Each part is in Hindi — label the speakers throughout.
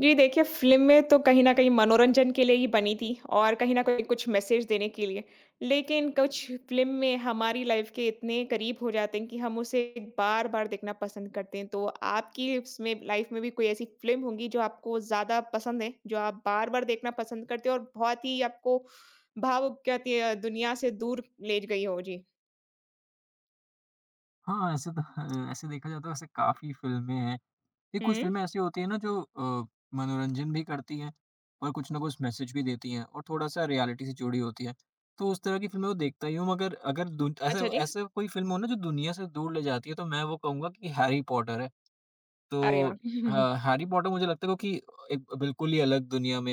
Speaker 1: जी, देखिए फ़िल्में तो कहीं न कहीं मनोरंजन के लिए ही बनी थी और कहीं न कहीं कुछ मैसेज देने के लिए। लेकिन कुछ फ़िल्म में हमारी लाइफ़ के इतने करीब हो जाते हैं कि हम उसे बार-बार देखना पसंद करते हैं। तो आपकी उसमें लाइफ़ में भी कोई ऐसी फ़िल्म होंगी जो आपको ज़्यादा पसंद है, जो आप बार-बार देखना पसंद करते हो और बहुत ही आपको भावुक कहती है दुनिया से दूर ले गई हो? जी।
Speaker 2: हाँ, ऐसे तो ह ऐसे देखा जाए तो ऐसे काफ़ी फ़िल्में हैं। ये कुछ
Speaker 1: हुँ।
Speaker 2: फ़िल्में ऐसी होती हैं ना जो मनोरंजन भी करती हैं और कुछ ना कुछ मैसेज भी देती हैं और थोड़ा-सा रियलिटी से जुड़ी होती हैं। तो उस तरह की फ़िल्में तो देखता ही हूँ, मगर अगर दुन ऐसे
Speaker 1: अच्छा जी।
Speaker 2: ऐसे कोई फ़िल्म हो ना जो दुनिया से दूर ले जाती है, तो मैं वो कहूँगा कि हैरी पॉटर है। तो
Speaker 1: अरे वाह!
Speaker 2: ह
Speaker 1: हुँ,
Speaker 2: हैरी पॉटर मुझे लगता है, क्योंकि एक बिल्कुल ही अलग दुनिया में,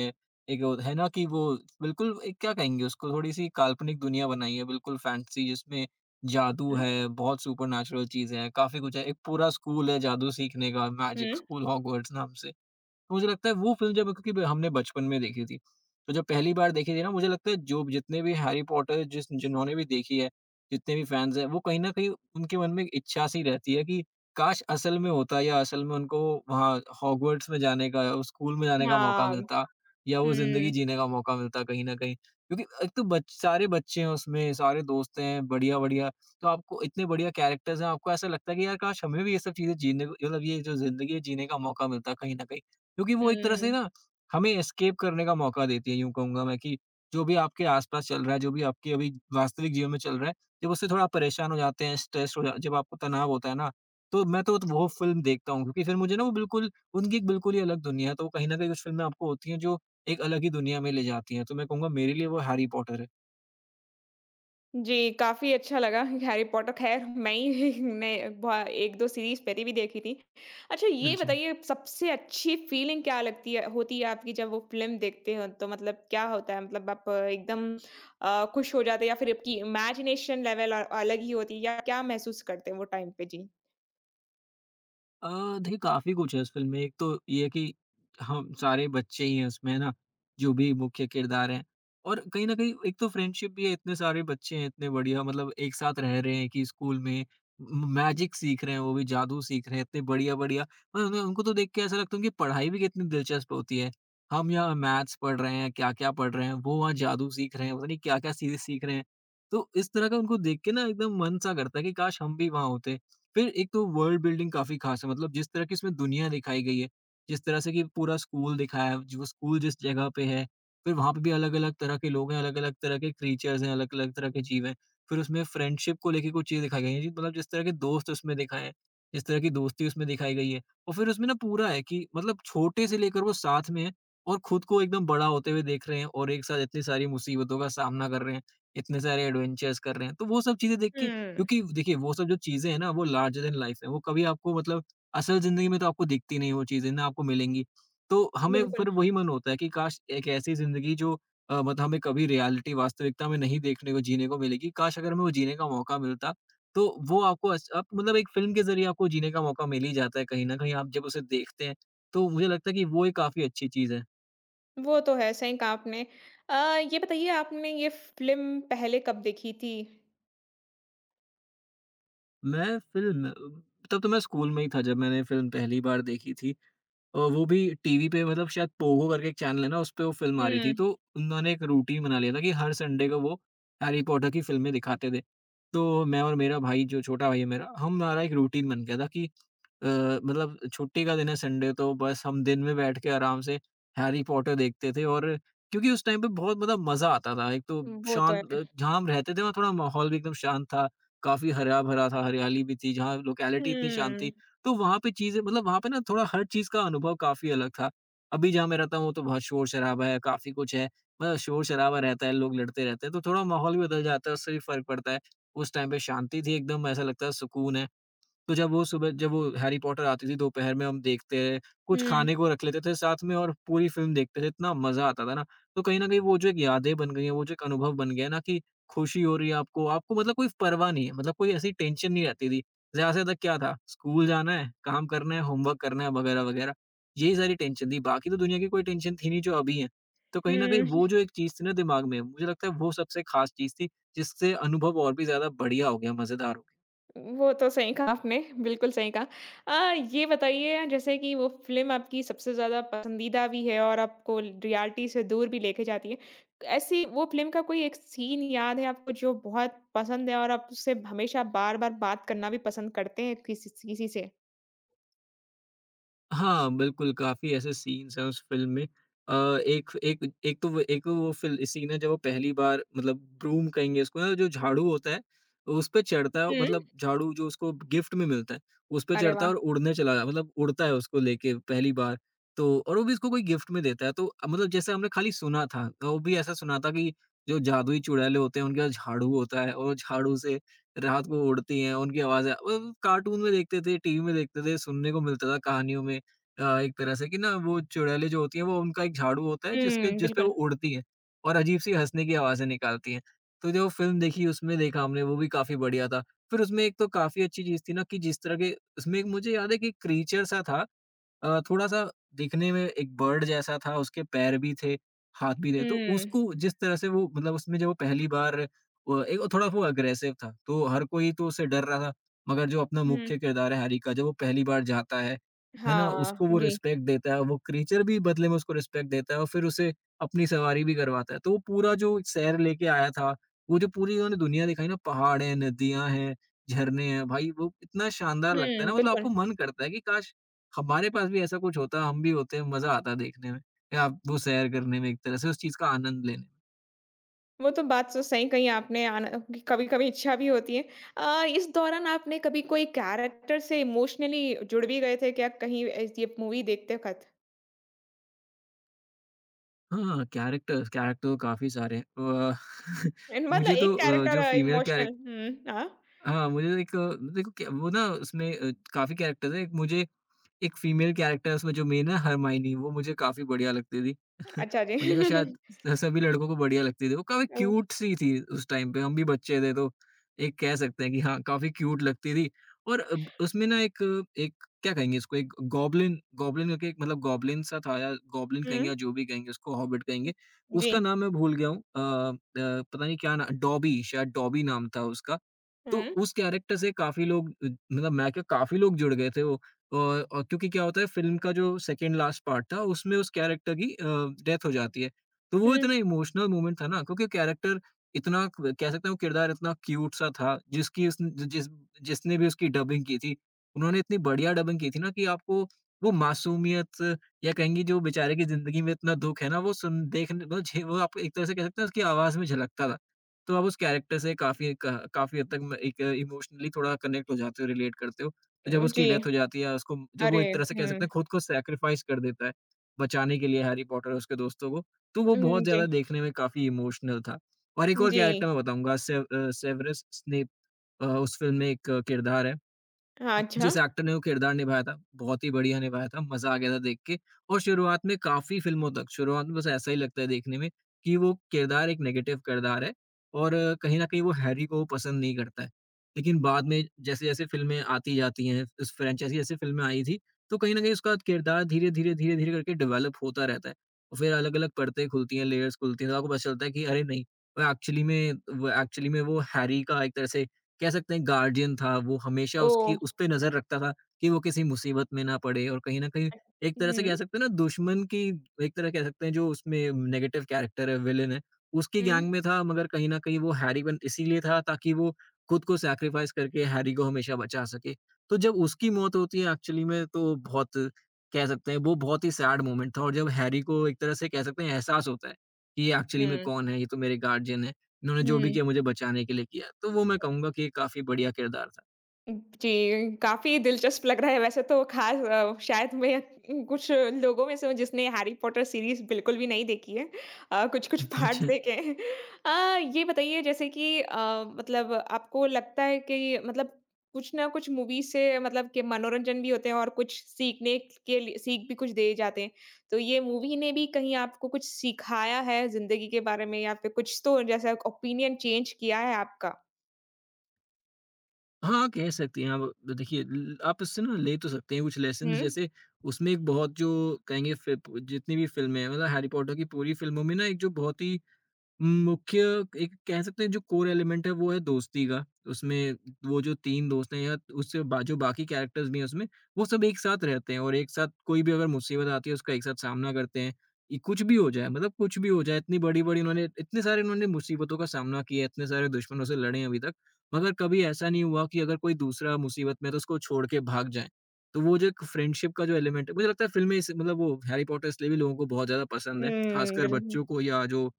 Speaker 2: एक वो है ना कि वो बिल्कुल एक क्या कहेंगे उसको, थोड़ी-सी काल्पनिक दुनिया बनाई है, बिल्कुल फैंटेसी, जिसमें जादू
Speaker 1: हुँ, हुँ।
Speaker 2: है, बहुत सुपरनैचुरल चीज़ें हैं, काफ़ी कुछ है। एक पूरा स्कूल है जादू सीखने का,
Speaker 1: हुँ,
Speaker 2: मैजिक
Speaker 1: हुँ।
Speaker 2: स्कूल हॉगवर्ट्स नाम से। तो मुझे लगता है वो फ़िल्म, जब क्योंकि हमने बचपन में देखी थी, तो जब पहली बार देखी थी ना, मुझे लगता है जो जितने भी हैरी पॉटर जिस जिन्होंने भी देखी है, जितने भी फैन्स हैं, वो कहीं न कहीं उनके मन में एक इच्छा सी रहती है कि काश असल में होता, या असल में उनको वहाँ हॉगवर्ट्स में जाने का, उस स्कूल में जाने का मौका
Speaker 1: हाँ।
Speaker 2: मिलता, या वो ज़िंदगी
Speaker 1: हुँ,
Speaker 2: जीने का मौका मिलता कहीं न कहीं। क्योंकि एक तो बच सारे बच्चे हैं उसमें, सारे दोस्त हैं, बढ़िया-बढ़िया, तो आपको इतने बढ़िया कैरेक्टर्स हैं, आपको ऐसा लगता है कि यार, काश हमें भी ये सब चीज़ें जीने को, मतलब ये जो ज़िंदगी है, जीने का मौका मिलता कहीं न कहीं। क्योंकि वो एक तरह से
Speaker 1: हुँ।
Speaker 2: ना हमें एस्केप करने का मौका देती है, यूँ कहूँगा मैं, कि जो भी आपके आस-पास चल रहा है, जो भी आपके अभी वास्तविक जीवन में चल रहा है, जब उससे थोड़ा आप परेशान हो जाते हैं, स्ट्रेस हो जा जब आपको तनाव होता है ना, तो मैं तो वो फ़िल्म देखता हूँ, क्योंकि फिर मुझे ना वो बिल्कुल उनकी एक बिल्कुल ही अलग दुनिया है, तो कहीं न कहीं कुछ फ़िल्में आपको होती हैं जो एक अलग ही दुनिया में ले जाती हैं, तो मैं कहूँगा मेरे लिए वो हैरी पॉटर है।
Speaker 1: जी, काफ़ी अच्छा लगा। हैरी पॉटर ख़ैर मैं ही मैं ब 1-2 सीरीज़ पहले भी देखी थी। अच्छा
Speaker 2: हाँ
Speaker 1: ये
Speaker 2: जी।
Speaker 1: बताइए सबसे अच्छी फ़ीलिंग क्या लगती है होती है आपकी जब वो फ़िल्म देखते हो? तो मतलब क्या होता है? मतलब आप एकदम खुश हो जाते हैं या फिर आपकी इमेजिनेशन लेवल अलग ही होती है या क्या महसूस करते हैं वो टाइम पे? जी।
Speaker 2: देखिए, काफ़ी कुछ है इस फ़िल्म में। एक तो ये है कि हम सारे बच्चे ही हैं उसमें, है ना? जो भी मुख्य किरदार हैं, और कहीं न कहीं एक तो फ्रेंडशिप भी है, इतने सारे बच्चे हैं, इतने बढ़िया, मतलब एक साथ रह रहे हैं कि स्कूल में म मैजिक सीख रहे हैं, वो भी जादू सीख रहे हैं, इतने बढ़िया-बढ़िया। और उन्हें उनको तो देख के ऐसा लगता है उनकी पढ़ाई भी कितनी दिलचस्प होती है। हम यहाँ मैथ्स पढ़ रहे हैं, क्या-क्या पढ़ रहे हैं, वो वहाँ जादू सीख रहे हैं, पता नहीं क्या-क्या चीज़ें सीख रहे हैं। तो इस तरह का उनको देख के ना एकदम मन सा करता है कि काश हम भी वहाँ होते। फिर एक तो वर्ल्ड बिल्डिंग काफ़ी ख़ास है, मतलब जिस तरह की इसमें दुनिया दिखाई गई है, जिस तरह से कि पूरा स्कूल दिखाया है, जो स्कूल जिस जगह पे है, फिर वहाँ पे भी अलग-अलग तरह के लोग हैं, अलग-अलग तरह के क्रीचर्स हैं, अलग-अलग तरह के जीव हैं। फिर उसमें फ्रेंडशिप को लेके कुछ चीज़ें दिखाई गई हैं जी, मतलब जिस तरह के दोस्त उसमें दिखाए हैं, जिस तरह की दोस्ती उसमें दिखाई गई है, और फिर उसमें ना पूरा है कि मतलब छोटे से लेकर वो साथ में है, और खुद को एकदम बड़ा होते हुए देख रहे हैं, और एक साथ इतनी सारी मुसीबतों का सामना कर रहे हैं, इतने सारे एडवेंचर्स कर रहे हैं। तो वो सब चीज़ें देख के,
Speaker 1: हुँ।
Speaker 2: क्योंकि देखिए वो सब जो चीज़ें हैं ना वो लार्जर देन लाइफ है, वो कभी आपको, मतलब असल ज़िंदगी में तो आपको दिखती नहीं, वो चीज़ें ना आपको मिलेंगी। तो हमें
Speaker 1: बिल्कुल,
Speaker 2: फिर वही मन होता है कि काश एक ऐसी ज़िंदगी जो मतलब हमें कभी रियलिटी, वास्तविकता में नहीं देखने को, जीने को मिलेगी, काश अगर हमें वो जीने का मौका मिलता, तो वो आपको अस आप मतलब एक फ़िल्म के ज़रिए आपको जीने का मौका मिल ही जाता है कहीं न कहीं, आप जब उसे देखते हैं, तो मुझे लगता है कि वो एक काफ़ी अच्छी चीज़ है।
Speaker 1: वो तो है, सही कहा आपने। अ, ये बताइए आपने ये फ़िल्म पहले कब देखी थी?
Speaker 2: मैं फ़िल्म, तब तो मैं स्कूल में ही था जब मैंने फ़िल्म पहली बार देखी थी। वो भी टीवी पे, मतलब शायद पोगो करके एक चैनल है ना, उसपे वो फ़िल्म आ रही
Speaker 1: हुँ।
Speaker 2: थी, तो उन्होंने एक रूटीन बना लिया था कि हर संडे को वो हैरी पॉटर की फ़िल्में दिखाते थे। तो मैं और मेरा भाई, जो छोटा भाई है मेरा, हमारा एक रूटीन बन गया था कि मतलब छुट्टी का दिन है संडे, तो बस हम दिन में बैठ के आराम से हैरी पॉटर देखते थे, और क्योंकि उस टाइम पे बहुत मतलब मज़ा आता था। एक तो
Speaker 1: वो तो
Speaker 2: शांत,
Speaker 1: है।
Speaker 2: जहाँ हम रहते थे वहाँ थोड़ा माहौल भी एकदम शांत था, काफ़ी हरा-भरा था, हरियाली भी थी, जहाँ लोकेलिटी इतनी शांत थी,
Speaker 1: हुँ।
Speaker 2: तो वहाँ पे चीज़ें, मतलब वहाँ पे ना थोड़ा हर चीज़ का अनुभव काफ़ी अलग था। अभी जहाँ मैं रहता हूँ, तो बहुत शोर-शराबा है, काफ़ी कुछ है। मतलब शोर-शराबा रहता है, लोग लड़ते रहते हैं, तो थोड़ा माहौल भी बदल जाता है, उससे भी फ़र्क पड़ता है। उस टाइम पे शांति थी एकदम, ऐसा लगता है सुकून है। तो जब वो सुबह, जब वो हैरी पॉटर आती थी दोपहर में हम देखते हैं, कुछ
Speaker 1: हुँ।
Speaker 2: खाने को रख लेते थे साथ में, और पूरी फ़िल्म देखते थे, इतना मज़ा आता था ना। तो कहीं न कहीं वो जो एक यादें बन गई हैं, वो जो एक अनुभव बन गया है ना कि खुशी हो रही है आपको, आपको मतलब कोई परवाह नहीं है, मतलब कोई ऐसी टेंशन नहीं रहती थी। ज़्यादा से ज़्यादा क्या था, स्कूल जाना है, काम करना है, होमवर्क करना है, वगैरह-वगैरह, यही सारी टेंशन थी, बाकी तो दुनिया की कोई टेंशन थी नहीं जो अभी है। तो कहीं न कहीं
Speaker 1: हुँ।
Speaker 2: वो जो एक चीज़ थी ना दिमाग में, मुझे लगता है वो सबसे ख़ास चीज़ थी, जिससे अनुभव और भी ज़्यादा बढ़िया हो गया, मज़ेदार हो गया।
Speaker 1: वो तो सही कहा आपने, बिल्कुल सही कहा। ये बताइए जैसे कि वो फ़िल्म आपकी सबसे ज़्यादा पसंदीदा भी है और आपको रियलिटी से दूर भी लेके जाती है। ऐसी वो फ़िल्म का कोई एक सीन याद है आपको जो बहुत पसंद है और आप उससे हमेशा बार-बार बात करना भी पसंद करते हैं किसी किसी से?
Speaker 2: हाँ, बिल्कुल, काफ़ी ऐसे सीन्स हैं उस फ़िल्म में। अ, एक एक एक तो वो फ़िल सीन है जब वो पहली बार, मतलब ब्रूम कहेंगे उसको ना जो झाड़ू होता है, उस पे चढ़ता है,
Speaker 1: हुँ,
Speaker 2: मतलब झाड़ू जो उसको गिफ्ट में मिलता है, उस पे
Speaker 1: अरे
Speaker 2: चढ़ता है
Speaker 1: वाह!
Speaker 2: और उड़ने चला जा मतलब उड़ता है उसको लेके पहली बार। तो और वो भी इसको कोई गिफ्ट में देता है, तो मतलब जैसे हमने खाली सुना था, तो वो भी ऐसा सुना था कि जो जादुई चुड़ैलें होते हैं उनके पास झाड़ू होता है, और झाड़ू से रात को उड़ती हैं, उनकी आवाज़ें, कार्टून में देखते थे, टीवी में देखते थे, सुनने को मिलता था कहानियों में। एक तरह से कि ना वो चुड़ैलें जो होती हैं वो उनका एक झाड़ू होता है जिसके
Speaker 1: हुँ,
Speaker 2: जिस पे वो
Speaker 1: बिल्कुल।
Speaker 2: उड़ती हैं, और अजीब-सी हँसने की आवाज़ें निकालती हैं। तो जो फ़िल्म देखी उसमें देखा हमने, वो भी काफ़ी बढ़िया था। फिर उसमें एक तो काफ़ी अच्छी चीज़ थी ना कि जिस तरह के उसमें एक, मुझे याद है कि क्रीचर सा था, थोड़ा-सा दिखने में एक बर्ड जैसा था, उसके पैर भी थे, हाथ भी थे। तो
Speaker 1: हुँ,
Speaker 2: उसको जिस तरह से वो, मतलब उसमें जब वो पहली बार, वो एक थोड़ा वो अग्रेसिव था, तो हर कोई तो उससे डर रहा था। मगर जो अपना
Speaker 1: हुँ।
Speaker 2: मुख्य किरदार है हैरी का, जब वो पहली बार जाता है ना?
Speaker 1: हाँ,
Speaker 2: उसको वो
Speaker 1: जी।
Speaker 2: रिस्पेक्ट देता है, वो क्रीचर भी बदले में उसको रिस्पेक्ट देता है, और फिर उसे अपनी सवारी भी करवाता है। तो वो पूरा जो सैर लेके आया था, वो जो पूरी उन्होंने दुनिया दिखाई ना, पहाड़ हैं, नदियाँ हैं, झरने हैं, भाई वो इतना शानदार लगता है
Speaker 1: हुँ,
Speaker 2: ना, मतलब
Speaker 1: बिल्कुल।
Speaker 2: आपको मन करता है कि काश! हमारे पास भी ऐसा कुछ होता, हम भी होते, मज़ा आता देखने में। या आप वो सैर करने में एक तरह से उस चीज़ का आनंद लेने में।
Speaker 1: वो तो बात तो सही कही आपने आना कभी-कभी इच्छा भी होती है। इस दौरान आपने कभी कोई कैरेक्टर से इमोशनली जुड़ भी गए थे क्या कहीं ये मूवी देखते वक़्त?
Speaker 2: हाँ, कैरेक्टर्स, कैरेक्टर काफ़ी सारे हैं।
Speaker 1: एन मतलब
Speaker 2: मुझे
Speaker 1: एक
Speaker 2: तो,
Speaker 1: कैरेक्टर
Speaker 2: जो फीमेल
Speaker 1: इमोशनल
Speaker 2: कैरेक्टर,
Speaker 1: हुँ, हाँ।
Speaker 2: हाँ, मुझे एक, देखो क्या वो ना उसमें, काफ़ी कैरेक्टर्स हैं। एक मुझे एक फीमेल कैरेक्टर है उसमें जो मेन है हरमाइनी, वो मुझे काफ़ी बढ़िया लगती थी।
Speaker 1: अच्छा जी।
Speaker 2: मुझे लगा शायद स सभी लड़कों को बढ़िया लगती थी। वो काफ़ी
Speaker 1: ओ
Speaker 2: क्यूट सी थी उस टाइम पे, हम भी बच्चे थे, तो एक कह सकते हैं कि हाँ, काफ़ी क्यूट लगती थी। और अब उसमें ना एक एक, क्या कहेंगे इसको, एक गॉब्लिन गॉब्लिन करके, एक मतलब गॉब्लिन सा था, या गॉब्लिन कहेंगे, या
Speaker 1: हुँ,
Speaker 2: जो भी कहेंगे उसको हॉबिट कहेंगे।
Speaker 1: जी।
Speaker 2: उसका नाम मैं भूल गया हूँ, पता नहीं क्या ना, डॉबी शायद, डॉबी नाम था उसका। तो
Speaker 1: हुँ,
Speaker 2: उस कैरेक्टर से काफ़ी लोग, मतलब मैं क्या, काफ़ी लोग जुड़ गए थे वो। और क्योंकि क्या होता है, फ़िल्म का जो सेकंड लास्ट पार्ट था, उसमें उस कैरेक्टर की डेथ हो जाती है। तो वो
Speaker 1: हुँ।
Speaker 2: इतना इमोशनल मोमेंट था ना, क्योंकि कैरेक्टर इतना, क कह सकते हैं, वो किरदार इतना क्यूट सा था, जिसकी, उसन ज जिस जिसने भी उसकी डबिंग की थी, उन्होंने इतनी बढ़िया डबिंग की थी ना, कि आपको वो मासूमियत, या कहेंगे जो बेचारे की ज़िंदगी में इतना दुःख है ना, वो सुन देखने वो झे वो, आप एक तरह से कह सकते हैं, उसकी आवाज़ में झलकता था। तो आप उस कैरेक्टर से काफ़ी हद तक म एक इमोशनली थोड़ा कनेक्ट हो जाते हो, रिलेट करते हो। जब
Speaker 1: ओ,
Speaker 2: उसकी
Speaker 1: जी।
Speaker 2: डेथ हो जाती है, उसको जब वो
Speaker 1: अरे!
Speaker 2: एक तरह से कह सकते
Speaker 1: हुँ,
Speaker 2: हैं खुद को सैक्रिफाइस कर देता है, बचाने के लिए हैरी पॉटर और उसके दोस्तों को, तो वो
Speaker 1: हुँ,
Speaker 2: बहुत ज़्यादा
Speaker 1: जी,
Speaker 2: देखने में काफ़ी इमोशनल था। और एक और
Speaker 1: जी।
Speaker 2: कैरेक्टर मैं बताऊँगा, से सेवेरस स्नेप, उस फ़िल्म में एक किरदार है।
Speaker 1: हाँ, अच्छा।
Speaker 2: जिस एक्टर ने वो किरदार निभाया था, बहुत ही बढ़िया निभाया था, मज़ा आ गया था देख के। और शुरुआत में काफ़ी फ़िल्मों तक, शुरुआत में बस ऐसा ही लगता है देखने में, कि वो किरदार एक नेगेटिव किरदार है, और कहीं न कहीं वो हैरी को पसंद नहीं करता है। लेकिन बाद में जैसे-जैसे फ़िल्में आती जाती हैं, इस फ्रैंचाइज़ी जैसे फ़िल्में आई थी, तो कहीं न कहीं उसका किरदार धीरे-धीरे, धीरे-धीरे करके डेवलप होता रहता है। और फिर अलग-अलग परतें खुलती हैं, लेयर्स खुलती हैं, तो आपको पता चलता है कि अरे नहीं, वो एक्चुअली में वो एक्चुअली में वो हैरी का एक तरह से कह सकते हैं गार्डियन था, वो हमेशा
Speaker 1: ओह!
Speaker 2: उसकी उस पे नज़र रखता था, कि वो किसी मुसीबत में ना पड़े। और कहीं न कहीं
Speaker 1: अ,
Speaker 2: एक तरह से कह
Speaker 1: हुँ,
Speaker 2: सकते हैं ना, दुश्मन की, एक तरह कह सकते हैं जो उसमें नेगेटिव कैरेक्टर है, विलेन है, उसकी गैंग
Speaker 1: हुँ,
Speaker 2: में था, मगर कहीं न कहीं वो हैरी बन इसीलिए था ताकि वो खुद को सैक्रिफाइस करके हैरी को हमेशा बचा सके। तो जब उसकी मौत होती है एक्चुअली में, तो बहुत कह सकते हैं वो बहुत ही सैड मोमेंट था। और जब हैरी को एक तरह से कह सकते हैं एहसास होता है, कि ये एक्चुअली में
Speaker 1: हुँ,
Speaker 2: कौन है, ये तो मेरे गार्डियन है। उन्होंने जो भी
Speaker 1: हुँ।
Speaker 2: किया मुझे बचाने के लिए किया, तो वो मैं कहूँगा कि काफ़ी बढ़िया किरदार था।
Speaker 1: जी, काफ़ी दिलचस्प लग रहा है वैसे तो ख़ास शायद मैं कुछ लोगों में से हूँ जिसने हैरी पॉटर सीरीज़ बिल्कुल भी नहीं देखी है। कुछ-कुछ पार्ट्स
Speaker 2: अच्छा।
Speaker 1: देखे हैं। ये बताइए जैसे कि मतलब आपको लगता है कि मतलब कुछ ना कुछ मूवी से मतलब के मनोरंजन भी होते हैं और कुछ सीखने के लिए सीख भी कुछ दिए जाते हैं। तो ये मूवी ने भी कहीं आपको कुछ सिखाया है ज़िंदगी के बारे में या फिर कुछ तो जैसा ओपिनियन चेंज किया है आपका?
Speaker 2: हाँ, कह सकती हैं आप। देखिए, ल आप उससे ना ले तो सकते हैं कुछ लेसन्स,
Speaker 1: हुँ।
Speaker 2: जैसे उसमें एक बहुत जो कहेंगे फ़िप जितनी भी फ़िल्में हैं, मतलब हैरी पॉटर की पूरी फ़िल्मों में ना, एक जो बहुत ही मुख्य, एक कह सकते हैं जो कोर एलिमेंट है, वो है दोस्ती का। उसमें वो जो 3 दोस्त हैं या उससे बा जो बाकी कैरेक्टर्स भी हैं उसमें, वो सब एक साथ रहते हैं, और एक साथ कोई भी अगर मुसीबत आती है, उसका एक साथ सामना करते हैं। ये कुछ भी हो जाए, मतलब कुछ भी हो जाए, इतनी बड़ी-बड़ी उन्होंने, इतने सारे उन्होंने मुसीबतों का सामना किया है, इतने सारे दुश्मनों से लड़े हैं अभी तक। मगर कभी ऐसा नहीं हुआ कि अगर कोई दूसरा मुसीबत में है, तो उसको छोड़ के भाग जाएँ। तो वो जो एक फ्रेंडशिप का जो एलिमेंट है, मुझे लगता है फ़िल्में इस मतलब, वो हैरी पॉटर इसलिए भी लोगों को बहुत ज़्यादा पसंद है।
Speaker 1: हुँ,
Speaker 2: ख़ासकर
Speaker 1: बिल्कुल।
Speaker 2: बच्चों को, या जो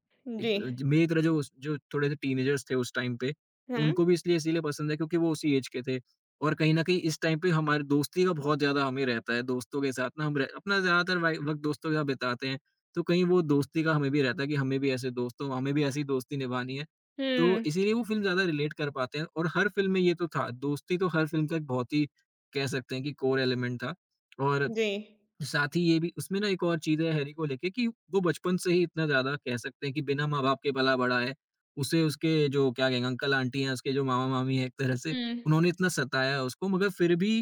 Speaker 2: एक,
Speaker 1: जी।
Speaker 2: ज मेरी तरह जो उस जो थोड़े से टीनेजर्स थे उस टाइम पे,
Speaker 1: हुँ।
Speaker 2: उनको भी इसलिए इसीलिए पसंद है, क्योंकि वो उसी ऐज के थे। और कहीं न कहीं इस टाइम पे हमारी दोस्ती का बहुत ज़्यादा हमें रहता है, दोस्तों के साथ ना, हम रह अपना ज़्यादातर वाइ वक़्त दोस्तों के साथ बिताते हैं, तो कहीं वो दोस्ती का हमें भी रहता है, कि हमें भी ऐसे दोस्त हों, हमें भी ऐसी दोस्ती निभानी है। तो
Speaker 1: हुँ,
Speaker 2: इसीलिए वो फ़िल्म ज़्यादा रिलेट कर पाते हैं, और हर फ़िल्म में ये तो था, दोस्ती तो हर फ़िल्म का एक बहुत ही कह सकते हैं कि कोर एलिमेंट था। और
Speaker 1: जी।
Speaker 2: साथ ही ये भी, उसमें ना एक और चीज़ है हैरी को लेके, कि वो बचपन से ही इतना ज़्यादा कह सकते हैं कि बिना माँ-बाप के पला-बड़ा है। उसे उसके जो क्या कहेंगे अंकल-आंटी हैं, उसके जो मामा-मामी हैं एक तरह से,
Speaker 1: हुँ।
Speaker 2: उन्होंने इतना सताया उसको, मगर फिर भी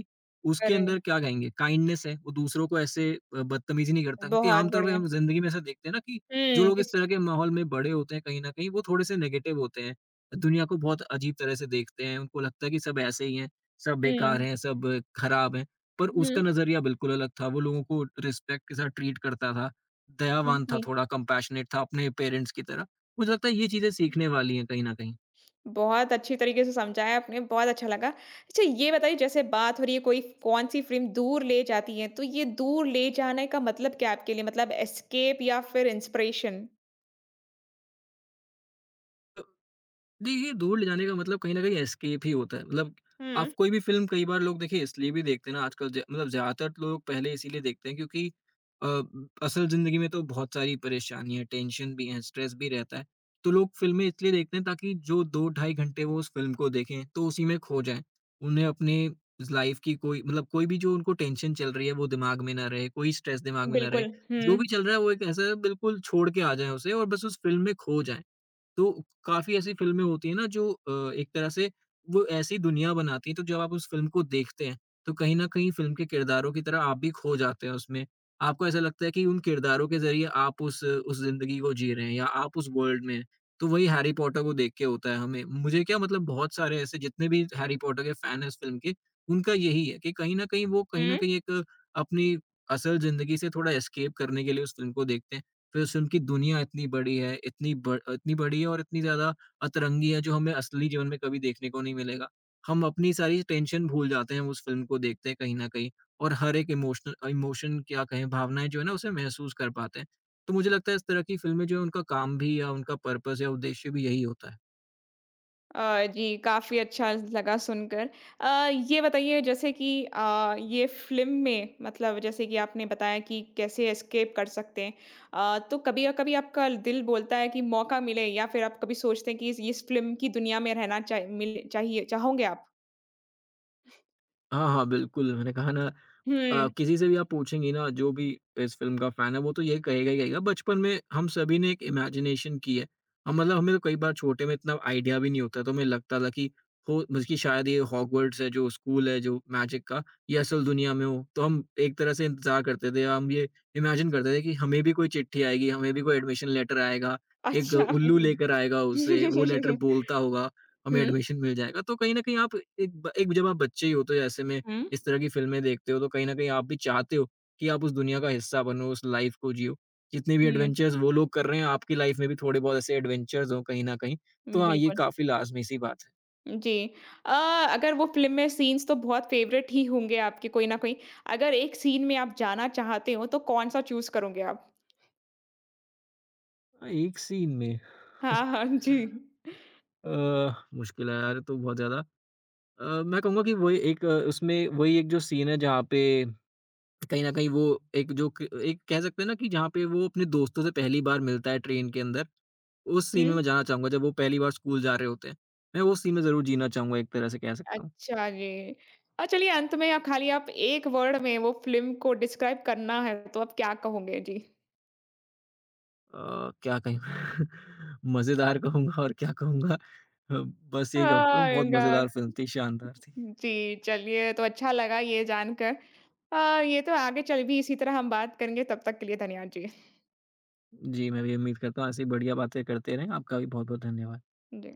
Speaker 2: उसके
Speaker 1: अरे!
Speaker 2: अंदर क्या कहेंगे काइंडनेस है। वो दूसरों को ऐसे, बदतमीज़ी नहीं करता, क्योंकि
Speaker 1: बहुत
Speaker 2: आम तौर पे
Speaker 1: बढ़िया।
Speaker 2: हम ज़िंदगी में ऐसा देखते हैं ना, कि जो
Speaker 1: हुँ,
Speaker 2: लोग इस
Speaker 1: जिस
Speaker 2: तरह के माहौल में बड़े होते हैं, कहीं न कहीं वो थोड़े से नेगेटिव होते हैं। दुनिया को बहुत अजीब तरह से देखते हैं, उनको लगता है कि सब ऐसे ही हैं, सब बेकार
Speaker 1: हुँ,
Speaker 2: हैं, सब खराब हैं। पर
Speaker 1: हुँ,
Speaker 2: उसका नज़रिया बिल्कुल अलग था, वो लोगों को रिस्पेक्ट के साथ ट्रीट करता था, दयावान था,
Speaker 1: जी।
Speaker 2: थोड़ा कंपैशनेट था अपने पेरेंट्स की तरह। मुझे लगता है ये चीज़ें सीखने वाली हैं कहीं न कहीं।
Speaker 1: बहुत अच्छी तरीके से समझाया आपने, बहुत अच्छा लगा। अच्छा ये बताइए जैसे बात हो रही है कोई कौन-सी फ़िल्म दूर ले जाती है, तो ये दूर ले जाने का मतलब क्या है आपके लिए? मतलब एस्केप या फिर इंस्पिरेशन?
Speaker 2: देखिए, दूर ले जाने का मतलब कहीं न कहीं एस्केप ही होता है। मतलब आप
Speaker 1: हुँ,
Speaker 2: कोई भी फ़िल्म, कई बार लोग देखिए इसलिए भी देखते हैं ना आजकल, ज मतलब ज़्यादातर लोग पहले इसीलिए देखते हैं, क्योंकि अ, असल ज़िंदगी में तो बहुत सारी परेशानियाँ, टेंशन भी है, स्ट्रेस भी रहता है। तो लोग फ़िल्में इसलिए देखते हैं, ताकि जो 2 ढाई घंटे वो उस फ़िल्म को देखें, तो उसी में खो जाएँ। उन्हें अपने लाइफ़ की कोई, मतलब कोई भी जो उनको टेंशन चल रही है वो दिमाग में ना रहे, कोई स्ट्रेस दिमाग में ना रहे।
Speaker 1: बिल्कुल।
Speaker 2: जो
Speaker 1: हुँ,
Speaker 2: भी चल रहा है वो एक ऐसा बिल्कुल छोड़ के आ जाएँ उसे, और बस उस फ़िल्म में खो जाएँ। तो काफ़ी ऐसी फ़िल्में होती हैं ना, जो एक तरह से वो ऐसी दुनिया बनाती हैं, तो जब आप उस फ़िल्म को देखते हैं, तो कहीं न कहीं फ़िल्म के किरदारों की तरह आप भी खो जाते हैं उसमें। आपको ऐसा लगता है कि उन किरदारों के ज़रिए आप उस ज़िंदगी को जी रहे हैं, या आप उस वर्ल्ड में हैं। तो वही हैरी पॉटर को देख के होता है हमें। मुझे क्या मतलब, बहुत सारे ऐसे जितने भी हैरी पॉटर के फ़ैन हैं इस फ़िल्म के, उनका यही है कि कहीं न कहीं वो, कहीं
Speaker 1: हुँ।
Speaker 2: न कहीं एक अपनी असल ज़िंदगी से थोड़ा एस्केप करने के लिए उस फ़िल्म को देखते हैं। फिर उस फ़िल्म की दुनिया इतनी बड़ी है, इतनी बड़ी है, और इतनी ज़्यादा अतरंगी है, जो हमें असली जीवन में कभी देखने को नहीं मिलेगा। हम अपनी सारी टेंशन भूल जाते हैं, हम उस फ़िल्म को देखते हैं कहीं न कहीं, और हर एक इमोशनल, इमोशन क्या कहें, भावनाएँ जो है ना, उसे महसूस कर पाते हैं। तो मुझे लगता है इस तरह की फ़िल्में जो हैं, उनका काम भी या उनका पर्पस या उद्देश्य भी यही होता है।
Speaker 1: जी, काफ़ी अच्छा लगा सुनकर। अ, ये बताइए जैसे कि ये फ़िल्म में मतलब जैसे कि आपने बताया कि कैसे एस्केप कर सकते हैं। तो कभी कभी आपका दिल बोलता है कि मौका मिले या फिर आप कभी सोचते हैं कि इस फ़िल्म की दुनिया में रहना चाह मिल चाहिए चाहोगे आप?
Speaker 2: हाँ, हाँ, बिल्कुल, मैंने कहा ना,
Speaker 1: हुँ,
Speaker 2: किसी से भी आप पूछेंगी ना, जो भी इस फ़िल्म का फ़ैन है वो तो यही कहेगा ही कहेगा, बचपन में हम सभी ने एक इमेजिनेशन की है। हम मतलब हमें तो कई बार छोटे में इतना आइडिया भी नहीं होता, तो हमें लगता था कि हो बल्कि शायद ये हॉगवर्ट्स है, जो स्कूल है जो मैजिक का, ये असल दुनिया में हो। तो हम एक तरह से इंतज़ार करते थे, हम ये इमेजिन करते थे, कि हमें भी कोई चिट्ठी आएगी, हमें भी कोई एडमिशन लेटर आएगा, एक
Speaker 1: अच्छा।
Speaker 2: उल्लू लेकर आएगा उसे, वो लेटर बोलता होगा, हमें
Speaker 1: हुँ।
Speaker 2: एडमिशन मिल जाएगा। तो कहीं न कहीं आप एक जब आप बच्चे ही हो, तो ऐसे में
Speaker 1: हुँ।
Speaker 2: इस तरह की फ़िल्में देखते हो, तो कहीं न कहीं आप भी चाहते हो कि आप उस दुनिया का हिस्सा बनो, उस लाइफ़ को जियो। जितने भी एडवेंचर्स वो लोग कर रहे हैं, आपकी लाइफ़ में भी थोड़े बहुत ऐसे एडवेंचर्स हों कहीं न कहीं। तो
Speaker 1: हुँ,
Speaker 2: हाँ, ये
Speaker 1: बिल्कुल।
Speaker 2: काफ़ी लाज़मी सी बात है।
Speaker 1: जी। अ, अगर वो फ़िल्म में सीन्स तो बहुत फ़ेवरेट ही होंगे आपके कोई ना कोई। अगर एक सीन में आप जाना चाहते हो तो कौन-सा चूज़ करोगे आप?
Speaker 2: एक सीन में,
Speaker 1: हाँ, हाँ, जी।
Speaker 2: अ, मुश्किल है यार, ये तो बहुत ज़्यादा। मैं कहूँगा कि वही एक, उसमें वही एक जो सीन है जहाँ पे कहीं न कहीं वो, एक जो क एक कह सकते हैं ना, कि जहाँ पे वो अपने दोस्तों से पहली बार मिलता है ट्रेन के अंदर, उस सीन में
Speaker 1: हुँ।
Speaker 2: मैं जाना चाहूँगा, जब वो पहली बार स्कूल जा रहे होते हैं। मैं वो सीन में ज़रूर जीना चाहूँगा, एक तरह से कह सकता हूँ।
Speaker 1: अच्छा जी। चलिए अंत में आप खाली आप 1 वर्ड में वो फ़िल्म को डिस्क्राइब करना है तो आप क्या कहोगे? जी।
Speaker 2: क्या कहूँ, मज़ेदार कहूँगा, और क्या कहूँगा, बस यही कहूँगा,
Speaker 1: हाँ,
Speaker 2: बहुत
Speaker 1: ग
Speaker 2: मज़ेदार फ़िल्म थी, शानदार थी।
Speaker 1: जी, चलिए तो अच्छा लगा ये जानकर। ये तो आगे चल भी इसी तरह हम बात करेंगे तब तक के लिए धन्यवाद जी।
Speaker 2: जी, मैं भी उम्मीद करता हूँ ऐसी बढ़िया बातें करते रहें। आपका भी बहुत-बहुत धन्यवाद।
Speaker 1: जी।